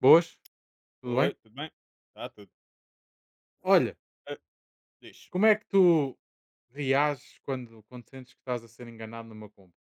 Boas, tudo bem? Oi, tudo bem? Está tudo. Olha, Ah, diz. como é que tu reages quando sentes que estás a ser enganado numa compra?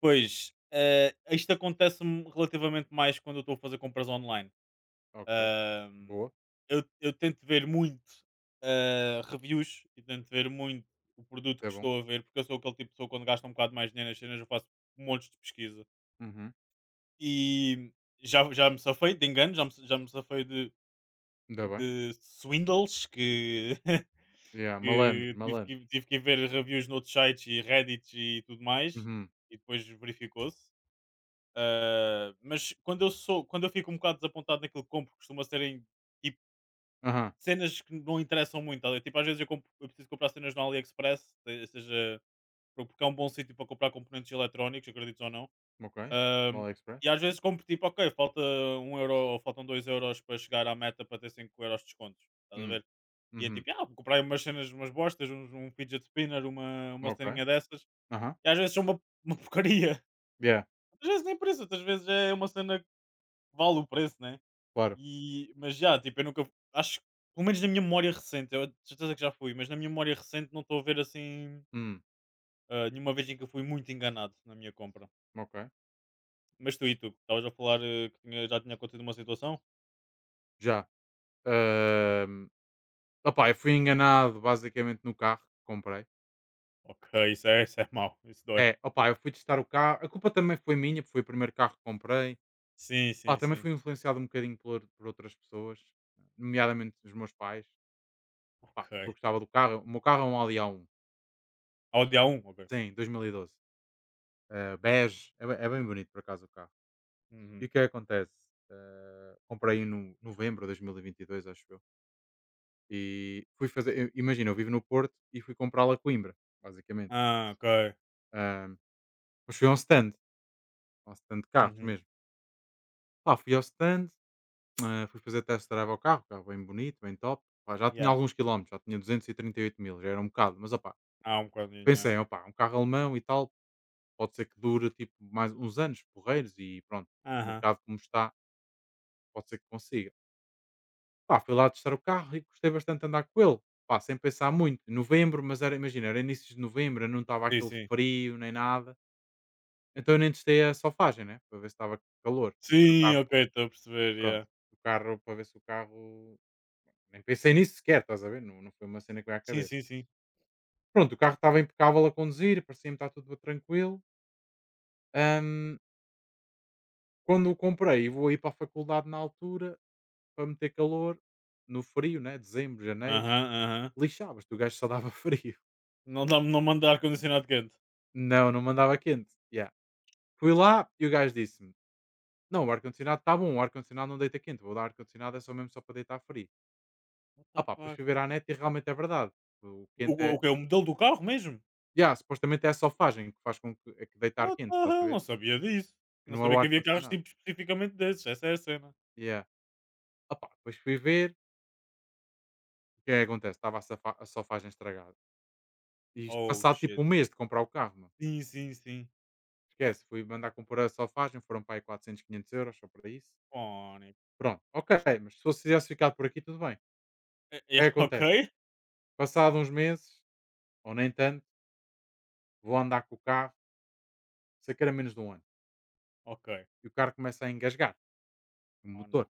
Pois, isto acontece-me relativamente mais quando eu estou a fazer compras online. Ok, Ahm, boa, eu tento ver muito reviews e tento ver muito o produto isso é que bom. estou a ver, porque eu sou aquele tipo de pessoa que quando gasta um bocado mais dinheiro nas cenas, eu faço montes de pesquisa. Uhum. E já me safei de enganos, já me safei Ainda bem. de swindles que Yeah, malandros, que tive malandros. que tive que ir ver reviews noutros sites e Reddits e tudo mais, Uhum. e depois verificou-se. Ah, mas quando eu sou, quando eu fico um bocado desapontado naquilo que compro, costuma serem tipo, Aham, cenas que não interessam muito. Tá, tipo, às vezes eu, compro, eu preciso comprar cenas no AliExpress, seja porque é um bom sítio para comprar componentes eletrónicos, acredites ou não. ok. Ah, Mal Express, e às ok. vezes compro tipo, ok, falta um euro ou faltam dois euros para chegar à meta para ter 5 euros de descontos. Estás a Hum. ver? E é Uhum. tipo, ah, comprei umas cenas, umas bostas, um fidget spinner, uma Ok, ceninha dessas, aham. e às vezes são uma, uma porcaria. Yeah, Às vezes nem preço, outras vezes é uma cena que vale o preço, né? claro. E, mas já, tipo, eu nunca, acho, que, pelo menos na minha memória recente, eu de certeza que já fui, mas na minha memória recente não estou a ver assim Hum. Nenhuma vez em que eu fui muito enganado na minha compra. Ok, Mas tu e tu, estavas a falar que já tinha acontecido uma situação? já. Ahm, Opá, eu fui enganado basicamente no carro que comprei. Ok, isso é mau, isso dói. É, opá, eu fui testar o carro. A culpa também foi minha, porque foi o primeiro carro que comprei. Sim, Pá, sim, também sim. fui influenciado um bocadinho por outras pessoas, nomeadamente os meus pais. Epá, eu Ok. gostava do carro, o meu carro é um Audi A1, Ao dia um, ok. sim, 2012, bege, é bem bonito por acaso o carro. E Uhum. o que é que acontece? Comprei um no novembro de 2022, acho eu, e fui fazer, i imagina, eu vivo no Porto e fui comprá-lo a Coimbra, basicamente. Ah, ok. Ahm, mas fui a um stand, de carros Uhum. mesmo. Pá, fui ao stand. Fui fazer test drive ao carro, carro bem bonito, bem top. Pá, já tinha Yeah, alguns quilómetros, já tinha duzentos e trinta e oito mil, já era um bocado, mas opá, há um bocadinho, yeah. pensei, opá, um carro alemão e tal, pode ser que dure tipo mais uns anos, porreiros e pronto, o Aham. mercado como está, pode ser que consiga. Pá, fui lá testar o carro e gostei bastante de andar com ele, pá, sem pensar muito. Novembro, mas imagina, era início de novembro, não estava Sim, aquele sim. frio nem nada, então eu nem testei a solfagem, né, para ver se estava calor. E para o Sim, carro, ok, estou a perceber, pronto, yeah. o carro, para ver se o carro nem pensei nisso sequer, estás a ver? Não, não foi uma cena que veio à Sim, cabeça. sim, sim. Pronto, o carro estava impecável a conduzir, parecia-me estar tudo tranquilo. Ahm, Quando o comprei e vou ir para a faculdade na altura, para meter calor, no frio, né? Dezembro, janeiro, Aham, aham. lixavas-te, o gajo só dava frio. Não dá, não manda ar-condicionado quente. Não, não mandava quente. Yeah. Fui lá e o gajo disse-me: não, o ar-condicionado está bom, o ar-condicionado não deita quente, vou dar ar-condicionado é só mesmo só para deitar frio. What Ah the pá, depois fuck? fui ver à net e realmente é verdade. O quente é. o que é o modelo do carro mesmo? Yeah, supostamente é a sofagem que faz com que, é que deitar What quente, the estás a hell? ver? Não sabia disso. Que Não não é o sabia que havia carros ar-condicionado. tipo especificamente desses, essa é a cena. Yeah. Opa, depois fui ver, o que é que acontece? A sofagem estragada. E isto Oh passado tipo shit. um mês de comprar o carro, mano. Sim, sim, sim. Esquece, fui mandar comprar a sofagem, foram para aí 400, 500€ só para isso. Fónico. Pronto, ok, mas se fosse tivesse ficado por aqui, tudo bem. O É, é, que é que acontece? ok, Passado uns meses, ou nem tanto, vou andar com o carro, sei que era menos de um ano. ok. E o carro começa a engasgar, o Oh motor. não.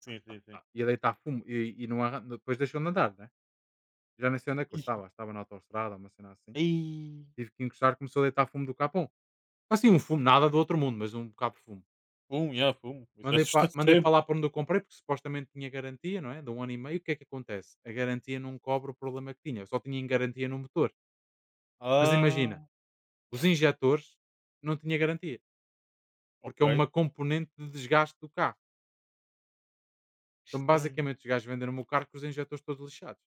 Sim, Tá, sim, sim. tá. E a deitar fumo, e não arran... depois deixou de andar, né? Já nem sei onde é que eu Ih, estava, estava na autostrada, uma cena assim. ei. Tive que encostar, começou a deitar fumo do capão. Assim, um fumo, nada do outro mundo, mas um bocado de fumo. Fumo, yeah, fumo. Isso Mandei assusta para mandei sempre. para lá para onde eu comprei, porque supostamente tinha garantia, não é? De um ano e meio, o que é que acontece? A garantia não cobre o problema que tinha, eu só tinha em garantia no motor. Mas imagina, Ah, os injetores não tinha garantia, porque ok. é uma componente de desgaste do carro. Então, Estranho. basicamente, os gajos venderam-me o carro com os injetores todos lixados.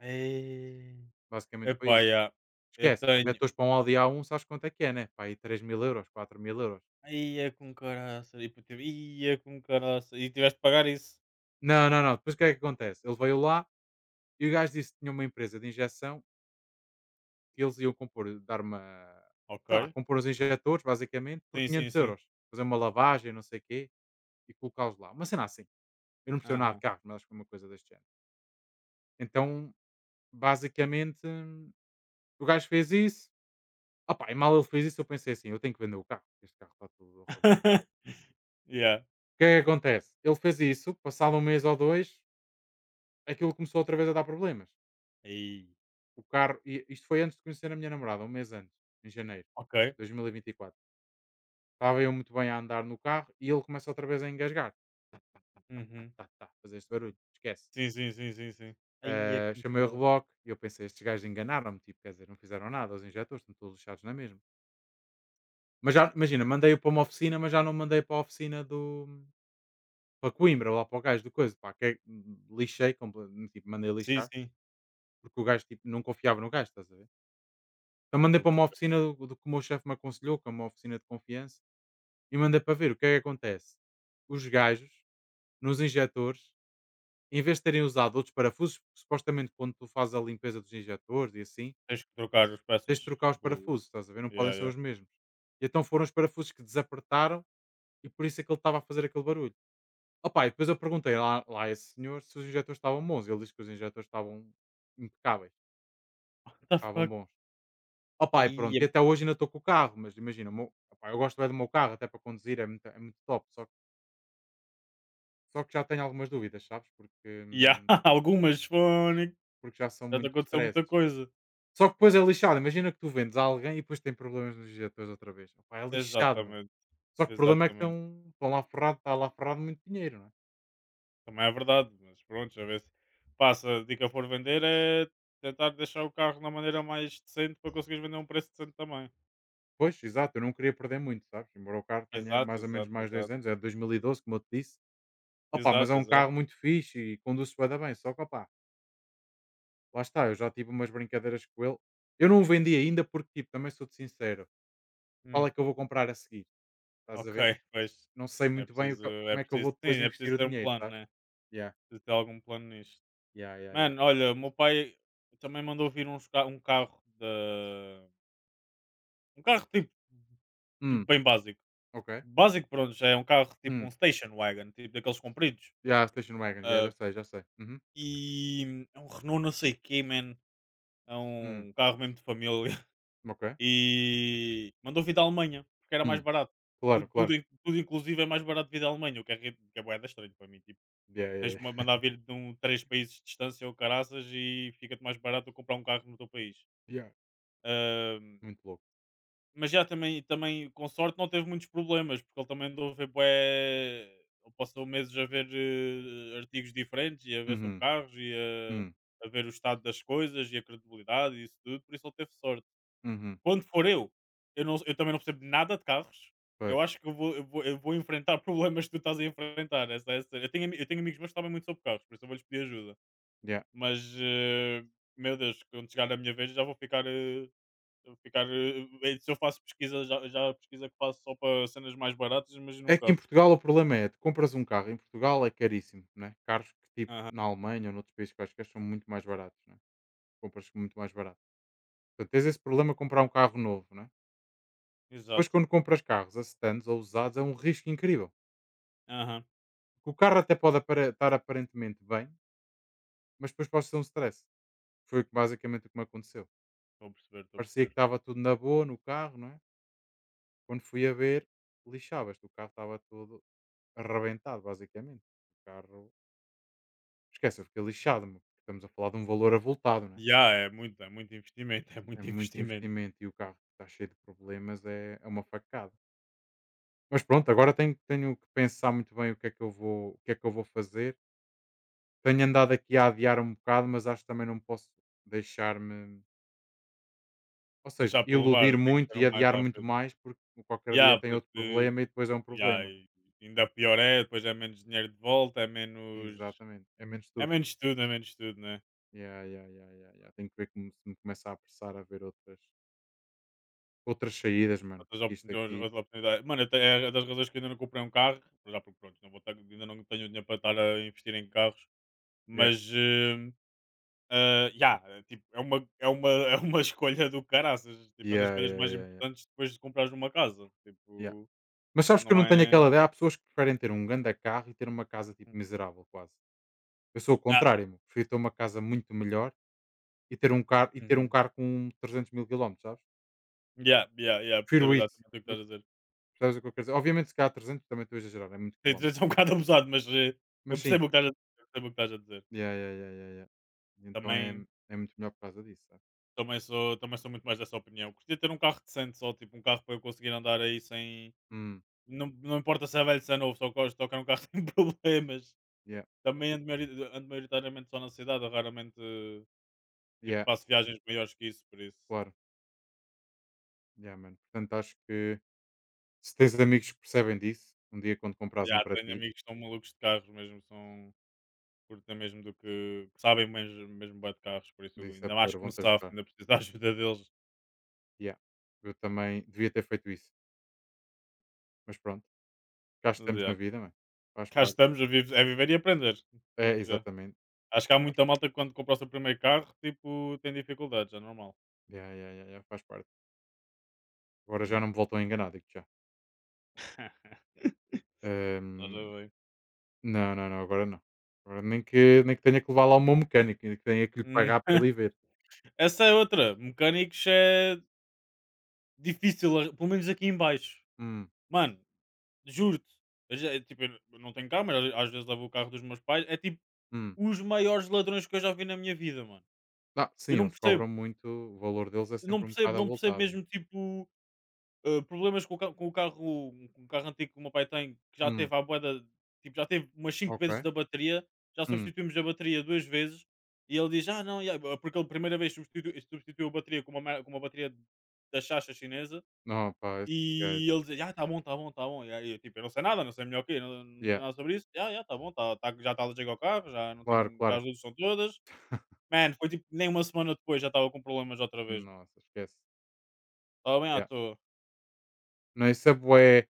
Ei. Basicamente foi Epá, isso. yeah. Eu Esquece, tenho. injetores para um Audi A1, sabes quanto é que é, né? Pá, aí 3.000€, 4.000€. Ia com caraça. E tive. Ia com caraça. E tiveste de pagar isso. Não, não, não, depois o que é que acontece? Ele Levei lá e o gajo disse que tinha uma empresa de injeção, eles iam compor, dar uma, Ok. sei lá, compor os injetores basicamente por Sim, sim, quinhentos sim. euros fazer uma lavagem, não sei o quê, e colocá-los lá. Uma cena assim. Eu não percebo nada de Aham. carros, mas acho que foi uma coisa deste género. Então, basicamente, o gajo fez isso. Opá, e mal ele fez isso, eu pensei assim: eu tenho que vender o carro, este carro está tudo arrebentado. Yeah. O que é que acontece? Ele fez isso, passado um mês ou dois, aquilo começou outra vez a dar problemas. Aí. O carro, e isto foi antes de conhecer a minha namorada, um mês antes, em janeiro Ok. de 2024. Estava eu muito bem a andar no carro e ele começa outra vez a engasgar. Tá, tá, Uhum. tá, tá, fazer este barulho, esquece. Sim, sim, sim, sim, sim. Aí é Ah, com chamei o caraça. reboque e eu pensei, estes gajos enganaram-me, tipo, quer dizer, não fizeram nada, os injetores estão todos lixados na mesma. Mas já, imagina, mandei-o para uma oficina, mas já não mandei para a oficina do. Para Coimbra, lá para o gajo do coisa, pá, que é- lixei, comple- tipo, mandei Sim, lixar, sim. porque o gajo, tipo, não confiava no gajo, estás a ver? Então mandei Estou a para uma perceber. oficina do que o meu chefe me aconselhou, que é uma oficina de confiança, e mandei para ver o que é que acontece. Os gajos, nos injetores, em vez de terem usado outros parafusos, porque supostamente quando tu fazes a limpeza dos injetores e assim, Tens que trocar as tens peças. de trocar os Tipo. parafusos, estás a ver? Não podem Yeah, ser yeah. os mesmos. E então foram os parafusos que desapertaram e por isso é que ele estava a fazer aquele barulho. Opa, e depois eu perguntei lá a esse senhor se os injetores estavam bons. Ele disse que os injetores estavam impecáveis, What the estavam fuck? bons. Opa, e pronto, Aí. e até hoje ainda estou com o carro, mas imagina, o meu- opá, eu gosto bem do meu carro, até para conduzir é muito top, só que já tenho algumas dúvidas, sabes? Porque, Yeah. hum, Algumas fone. porque já são Já te muito aconteceu stress. muita coisa. Só que depois é lixado. Imagina que tu vendes a alguém e depois tem problemas nos diretores outra vez. Opá, é lixado, mano. Exatamente. Só que o problema é que Exatamente. está lá ferrado muito dinheiro, não é? Também é verdade, mas pronto, a ver se passa. A dica, for vender, é tentar deixar o carro na maneira mais decente para conseguires vender a um preço decente também. Pois, exato, eu não queria perder muito, sabes? Embora o carro tenha Exato, mais ou menos exato, mais dois exato. anos, é de 2012 como eu te disse. Opá, mas é Exato, um exato. carro muito fixe e conduz-se bué da bem. Só que, opá, lá está, eu já tive umas brincadeiras com ele. Eu não o vendi ainda porque, tipo, também sou-te sincero, qual Hum, é que eu vou comprar a seguir? Estás a ok, ver? pois. Não sei muito bem o que- como É é que eu preciso, vou depois sim, é investir preciso o ter um dinheiro, plano, sabes? né? Yeah, Preciso ter algum plano nisto. yeah, yeah, yeah. Mano, olha, o meu pai também mandou vir uns, um carro de. Um carro tipo, tipo Hum, bem básico. ok. Básico, pronto, já é um carro tipo Hum. um station wagon, tipo daqueles compridos. Ya, station wagon, ya, já Ah, sei, já sei. Uhum. e é um Renault não sei quê, man. É Hum. um carro mesmo de família. Ok. E mandou vir da Alemanha, porque era mais Hum. barato. Claro, Tudo, claro. tudo, tudo inclusive é mais barato vir da Alemanha, o que é, que é bué da estranho para mim. Tipo, Yeah, tens yeah. de mandar vir de um, três países de distância ou caraças e fica-te mais barato comprar um carro no teu país. Ya, ya. Muito louco. Mas já também, também, com sorte, não teve muitos problemas, porque ele também andou a ver bué. Ele passou meses a ver artigos diferentes e a ver sobre Uhum. carros e Hum. A ver o estado das coisas e a credibilidade e isso tudo, por isso ele teve sorte. Uhum. Quando for eu, eu também não percebo nada de carros. Pois, Eu acho que eu vou enfrentar problemas que tu estás a enfrentar. Essa, essa. Eu, tenho, eu tenho amigos meus que sabem muito sobre carros, por isso eu vou-lhes pedir ajuda. ya. Mas, meu Deus, quando chegar a minha vez já vou ficar. Ficar, eh, eh, se eu faço pesquisa, já, já a pesquisa que faço só para cenas mais baratas, imagina É um que em carro. Portugal o problema é, tu compras um carro em Portugal é caríssimo, né, carros que tipo Aham. na Alemanha ou noutros países quaisquer são muito mais baratos, né, compras muito mais barato. Portanto, tens esse problema de comprar um carro novo, né. Depois Exato. quando compras carros a seconds ou usados é um risco incrível, Aham. porque o carro até pode apare estar aparentemente bem, mas depois pode ser um stress. Foi o que basicamente o que me aconteceu. Estou a perceber, estou a Parecia que perceber. estava tudo na boa no carro, não é? Quando fui a ver, lixavas-te, o carro estava todo arrebentado, basicamente. O carro, esquece, eu fiquei lixado, meu, porque estamos a falar de um valor avultado, não é? Já é muito investimento, é É muito muito investimento. investimento e o carro está cheio de problemas, é, é uma facada. Mas pronto, agora tenho que pensar muito bem o que é que eu vou, o que é que eu vou fazer. Tenho andado aqui a adiar um bocado, mas acho que também não posso deixar-me, ou seja, Deixar para iludir levar, tem que muito ser e o mais adiar muito rápido. mais, porque qualquer dia Já tem outro porque problema e depois é um já problema, né? e ainda pior é, depois é menos dinheiro de volta, é menos. Exatamente, é menos tudo. É menos tudo, né? Yeah, yeah, yeah, yeah, yeah. Tenho que ver como se me começa a apressar a ver outras saídas, mano, Outras porque isto oportunidades, aqui. outras oportunidades. Mano, até é das razões que ainda não comprei um carro, já porque pronto, não vou ter, ainda não tenho dinheiro para estar a investir em carros, Yeah. mas. Ah, yeah, é tipo, é, uma, é uma escolha do caraças. Tipo, é das Yeah, escolhas yeah, mais yeah, yeah, importantes depois de comprares uma casa. yeah. Tipo, Mas sabes que eu não não tenho é. aquela ideia. Há pessoas que preferem ter um grande carro e ter uma casa tipo miserável, quase. Eu sou o Ah, contrário, meu. Prefiro ter uma casa muito melhor e ter um carro, e ter um uhum. carro com 300 mil quilómetros, sabes? Yeah, yeah, yeah, percebo Prefiro isso. exatamente o que Do, estás a que- dizer. sabes o que eu quero dizer? Obviamente, se calhar 300 também estou a exagerar, é muito Tem de quilómetro. ser um Mas, bocado abusado, mas eu mas sim, percebo o que estás a dizer. Eu percebo o que estás a dizer. yeah, yeah, yeah, yeah, yeah. Então é, Também, é muito melhor por causa disso, sabe? Também sou muito mais dessa opinião. Gostaria de ter um carro decente, só tipo um carro para eu conseguir andar aí sem. Hum, Não, não importa se é velho, se é novo, só gosto de tocar um carro sem problemas. yeah. Também ando, ando maioritariamente só na cidade, raramente. Tipo, Yeah, faço viagens maiores que isso, por isso. claro. Yeah, mano. Portanto, acho que se tens amigos que percebem disso, um dia quando compras um Já, para tenho ti, amigos que são malucos de carros mesmo, são, curtem mesmo, do que sabem mesmo, mesmo bué de carros, por isso eu disse a ainda mais poder, que me vão-te safo, ajudar. ainda preciso da ajuda deles. Yeah. Eu também devia ter feito isso. Mas pronto, cá Mas estamos já, na vida, mano. Faz cá parte. estamos, a viver é viver e aprender, É, digo já. exatamente. Acho que há Faz muita parte. malta que quando compra o seu primeiro carro, tipo, tem dificuldades, é normal. Yeah, yeah, yeah, yeah, faz parte. Agora já Hum. não me voltam a enganar, digo já. Ora Ahm, bem. não, não, não, agora não. Agora nem que tenha que levar lá o meu mecânico, nem que tenha que lhe Hum, pagar para ele ir ver. Essa é outra, mecânicos é difícil, a pelo menos aqui em baixo. Hum, Mano, juro-te, eu já tipo, eu não tenho carro, mas às às vezes levo o carro dos meus pais, é tipo hum. os maiores ladrões que eu já vi na minha vida, mano. Não, Eu sim, não eles percebo, cobram muito, o valor deles é sempre não um percebo, bocado não percebo avultado, né? mesmo, tipo problemas com o, com o carro antigo que o meu pai tem, que já Hum, teve a boeda, tipo, já teve umas cinco vezes ok. da bateria, já Hum. substituímos a bateria duas vezes, e ele diz, ah não, yeah", porque ele a primeira vez substituiu a bateria com uma, com uma bateria da chacha chinesa, Opa, esses gajos. e ele diz, ah, tá bom, tá bom, tá bom, e aí, eu, tipo, eu não sei nada, não sei melhor o quê, não, não Yeah. sei nada sobre isso, ah, yeah, tá bom, tá, tá, já está a ao carro, já não Claro, tenho, já claro. as luzes são todas. Mano, foi tipo nem uma semana depois já estava com problemas outra vez, mano. Nossa, esquece. Estava bem à Yeah. toa. Não, isso é bué.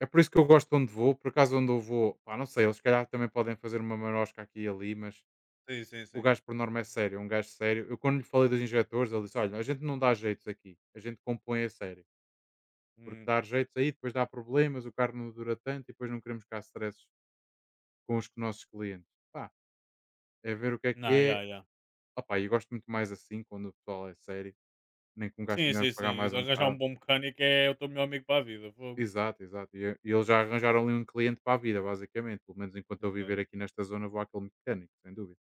É por isso que eu gosto de onde vou. Por acaso, onde eu vou, pá, não sei, eles se calhar também podem fazer uma marosca aqui e ali, mas Sim, sim, o sim. gajo por norma é sério, é um gajo sério. Eu quando lhe falei dos injetores, ele disse: olha, a gente não dá jeitos aqui, a gente compõe a sério. Porque Hum. dar jeitos aí, depois dá problemas, o carro não dura tanto e depois não queremos cá stresses com os nossos clientes. Pá, é ver o que é que Não, é. yeah, yeah. Opá, e gosto muito mais assim, quando o pessoal é sério, nem que um gajo Sim, tenha sim, que pagar mais sim. um Arranjar um bocado. bom mecânico é o teu melhor amigo para a vida. Fogo. Exato, exato. E e eles já arranjaram ali um cliente para a vida, basicamente. Pelo menos enquanto eu viver Exato. aqui nesta zona, vou àquele mecânico, sem dúvida.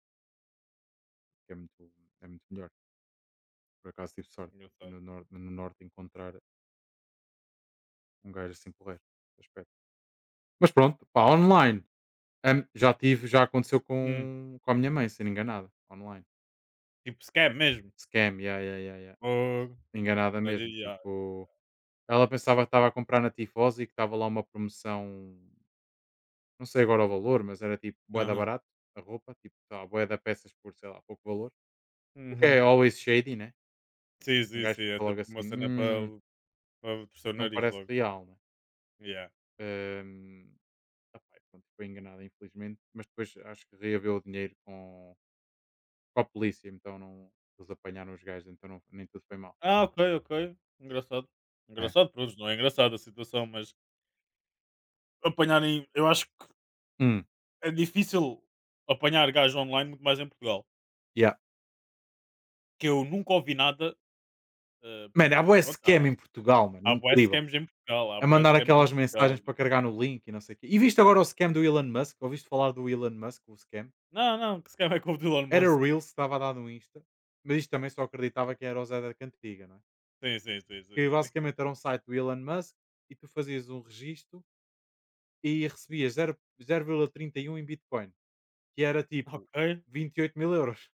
Que é muito melhor. Por acaso tive sorte aqui Engraçado. No norte encontrar um gajo assim porreiro nesse aspecto. Mas pronto, pá, online. Hum, já tive, já aconteceu Hum, com a minha mãe, sendo enganada online. tipo scam mesmo. Scam, yeah, yeah, yeah, yeah. Fogo. Enganada mesmo. Yeah. Tipo, ela pensava que estava a comprar na Tifosi e que estava lá uma promoção. Não sei agora o valor, mas era tipo bué da Aham. barato a roupa, tipo, sei lá, bué da peças por, sei lá, pouco valor. O que Uhum. é always shady, né? Sim, Um sim, gajo sim. É fica logo sempre uma assim: cena para, para torcer o não nariz parece logo. real", né. Yeah. Hum, opá, e pronto, foi enganado infelizmente, mas depois acho que reaveu o dinheiro com a polícia, então não, eles apanharam os gajos, então não, nem tudo foi mal. Ah, ok, ok. Engraçado. É. Engraçado, pronto, não é engraçado a situação, mas apanharem. Eu acho que Hum, é difícil apanhar gajo online, muito mais em Portugal. yeah. Que eu nunca ouvi nada, Mano, há porque bué pronto, há scam em Portugal, mano, há bué incrível. scams em Portugal, há A bué mandar scams em aquelas mensagens para Portugal. carregar no link e não sei o quê. E viste agora o scam do Elon Musk? Ouviste falar do Elon Musk, o scam? Não, não, que scam é com o Elon Era Musk. Reels que estava a dar no Insta, mas isto também só acreditava que era o Zé da Cantiga, não é? Sim, sim, sim, Que sim, sim. basicamente era um site do Elon Musk e tu fazias um registro e recebias 0,31 em Bitcoin, que era tipo Ok. 28.000 euros,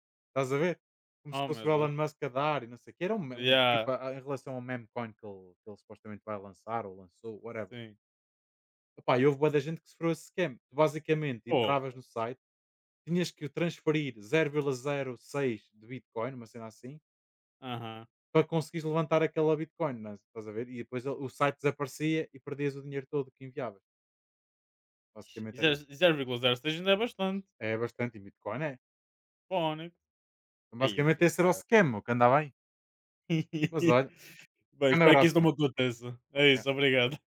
estás a ver? Como se Oh fosse meu o Deus. Elon Musk a dar e não sei o que. Era um, um tipo Yeah, em relação ao memecoin que ele supostamente vai lançar ou lançou, whatever. sim. Epá, e houve boa da gente que sofreu esse scam. Tu basicamente Porra. entravas no site, tinhas que transferir 0,06 de Bitcoin, uma cena assim, Aham. para conseguires levantar aquela Bitcoin, não é? Estás a ver? E depois ele- o site desaparecia e perdias o dinheiro todo que enviavas. E Basicamente era zero isso. e 0,06 ainda é bastante. É bastante, e Bitcoin é. Fónix. Então, Aí eu basicamente com esse era o cara. scam, o que andava aí. Mas olha, Bem, grande espero que abraço, isso não me aconteça. É isso, mano. obrigado.